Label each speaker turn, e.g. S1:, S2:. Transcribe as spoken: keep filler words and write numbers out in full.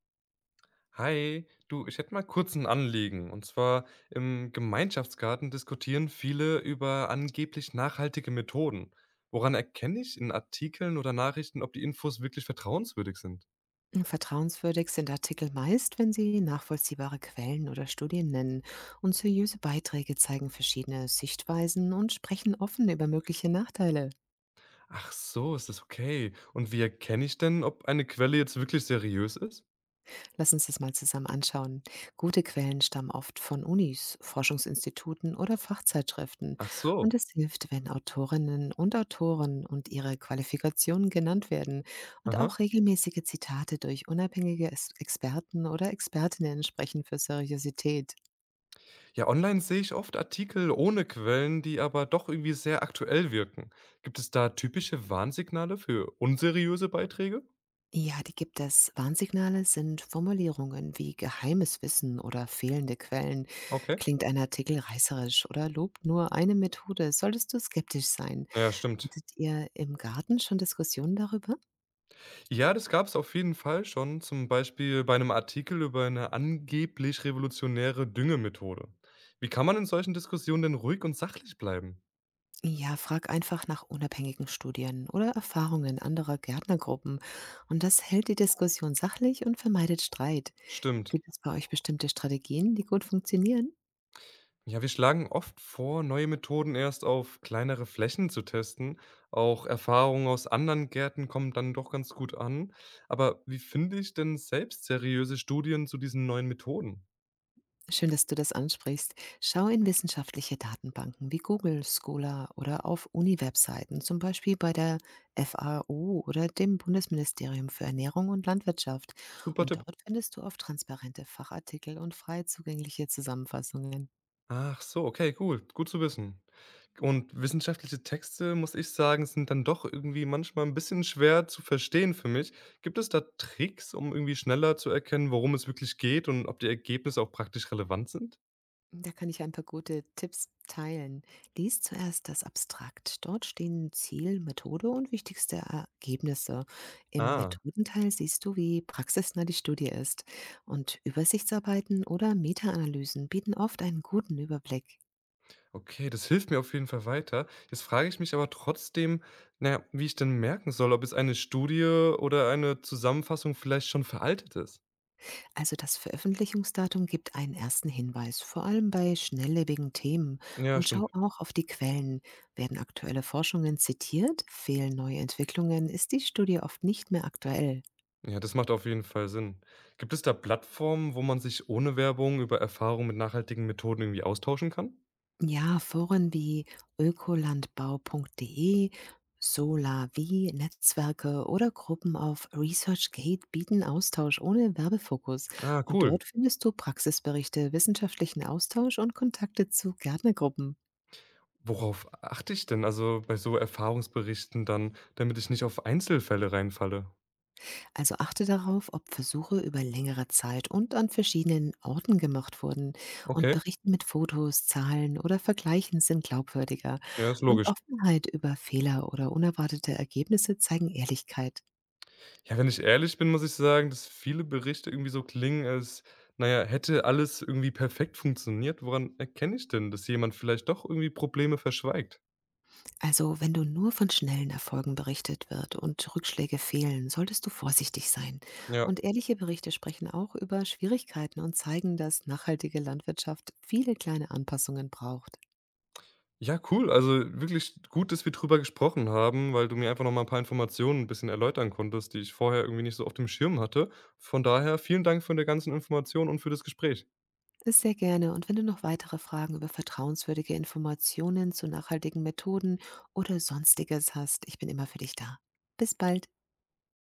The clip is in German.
S1: Hi, du, ich hätte mal kurz ein Anliegen. Und zwar im Gemeinschaftsgarten diskutieren viele über angeblich nachhaltige Methoden. Woran erkenne ich in Artikeln oder Nachrichten, ob die Infos wirklich vertrauenswürdig sind?
S2: Vertrauenswürdig sind Artikel meist, wenn sie nachvollziehbare Quellen oder Studien nennen und seriöse Beiträge zeigen verschiedene Sichtweisen und sprechen offen über mögliche Nachteile.
S1: Ach so, ist das okay. Und wie erkenne ich denn, ob eine Quelle jetzt wirklich seriös ist?
S2: Lass uns das mal zusammen anschauen. Gute Quellen stammen oft von Unis, Forschungsinstituten oder Fachzeitschriften
S1: Ach
S2: und
S1: so.
S2: es hilft, wenn Autorinnen und Autoren und ihre Qualifikationen genannt werden und
S1: Aha.
S2: auch regelmäßige Zitate durch unabhängige Es- Experten oder Expertinnen sprechen für Seriosität.
S1: Ja, online sehe ich oft Artikel ohne Quellen, die aber doch irgendwie sehr aktuell wirken. Gibt es da typische Warnsignale für unseriöse Beiträge?
S2: Ja, die gibt es. Warnsignale sind Formulierungen wie geheimes Wissen oder fehlende Quellen.
S1: Okay.
S2: Klingt ein Artikel reißerisch oder lobt nur eine Methode, solltest du skeptisch sein.
S1: Ja, stimmt.
S2: Hattet ihr im Garten schon Diskussionen darüber?
S1: Ja, das gab es auf jeden Fall schon, zum Beispiel bei einem Artikel über eine angeblich revolutionäre Düngemethode. Wie kann man in solchen Diskussionen denn ruhig und sachlich bleiben?
S2: Ja, frag einfach nach unabhängigen Studien oder Erfahrungen anderer Gärtnergruppen. Und das hält die Diskussion sachlich und vermeidet Streit.
S1: Stimmt.
S2: Gibt es bei euch bestimmte Strategien, die gut funktionieren?
S1: Ja, wir schlagen oft vor, neue Methoden erst auf kleinere Flächen zu testen. Auch Erfahrungen aus anderen Gärten kommen dann doch ganz gut an. Aber wie finde ich denn selbst seriöse Studien zu diesen neuen Methoden?
S2: Schön, dass du das ansprichst. Schau in wissenschaftliche Datenbanken wie Google, Scholar oder auf Uni-Webseiten, zum Beispiel bei der F A O oder dem Bundesministerium für Ernährung und Landwirtschaft.
S1: Super
S2: Und
S1: Tipp.
S2: dort findest du oft transparente Fachartikel und frei zugängliche Zusammenfassungen.
S1: Ach so, okay, cool, gut zu wissen. Und wissenschaftliche Texte, muss ich sagen, sind dann doch irgendwie manchmal ein bisschen schwer zu verstehen für mich. Gibt es da Tricks, um irgendwie schneller zu erkennen, worum es wirklich geht und ob die Ergebnisse auch praktisch relevant sind?
S2: Da kann ich ein paar gute Tipps teilen. Lies zuerst das Abstrakt. Dort stehen Ziel, Methode und wichtigste Ergebnisse. Im
S1: Ah,
S2: Methodenteil siehst du, wie praxisnah die Studie ist. Und Übersichtsarbeiten oder Meta-Analysen bieten oft einen guten Überblick.
S1: okay, das hilft mir auf jeden Fall weiter. Jetzt frage ich mich aber trotzdem, naja, wie ich denn merken soll, ob jetzt eine Studie oder eine Zusammenfassung vielleicht schon veraltet ist.
S2: Also das Veröffentlichungsdatum gibt einen ersten Hinweis, vor allem bei schnelllebigen Themen.
S1: Ja,
S2: Und schau
S1: stimmt.
S2: auch auf die Quellen. Werden aktuelle Forschungen zitiert? Fehlen neue Entwicklungen? Ist die Studie oft nicht mehr aktuell?
S1: Ja, das macht auf jeden Fall Sinn. Gibt es da Plattformen, wo man sich ohne Werbung über Erfahrungen mit nachhaltigen Methoden irgendwie austauschen kann?
S2: Ja, Foren wie ökolandbau.de, SolarWi, Netzwerke oder Gruppen auf ResearchGate bieten Austausch ohne Werbefokus.
S1: Ah,
S2: Und
S1: cool.
S2: dort findest du Praxisberichte, wissenschaftlichen Austausch und Kontakte zu Gärtnergruppen.
S1: Worauf achte ich denn also bei so Erfahrungsberichten dann, damit ich nicht auf Einzelfälle reinfalle?
S2: Also achte darauf, ob Versuche über längere Zeit und an verschiedenen Orten gemacht wurden. Und
S1: Okay,
S2: Berichte mit Fotos, Zahlen oder Vergleichen sind glaubwürdiger.
S1: ja, ist
S2: Und
S1: logisch.
S2: Offenheit über Fehler oder unerwartete Ergebnisse zeigen Ehrlichkeit.
S1: Ja, wenn ich ehrlich bin, muss ich sagen, dass viele Berichte irgendwie so klingen, als, naja, hätte alles irgendwie perfekt funktioniert. Woran erkenne ich denn, dass jemand vielleicht doch irgendwie Probleme verschweigt?
S2: Also, wenn du nur von schnellen Erfolgen berichtet wird und Rückschläge fehlen, solltest du vorsichtig sein.
S1: Ja.
S2: Und ehrliche Berichte sprechen auch über Schwierigkeiten und zeigen, dass nachhaltige Landwirtschaft viele kleine Anpassungen braucht.
S1: Ja, cool. Also wirklich gut, dass wir drüber gesprochen haben, weil du mir einfach noch mal ein paar Informationen ein bisschen erläutern konntest, die ich vorher irgendwie nicht so auf dem Schirm hatte. Von daher vielen Dank für die ganzen Informationen und für das Gespräch.
S2: Ist sehr gerne und wenn du noch weitere Fragen über vertrauenswürdige Informationen zu nachhaltigen Methoden oder sonstiges hast, ich bin immer für dich da. Bis bald.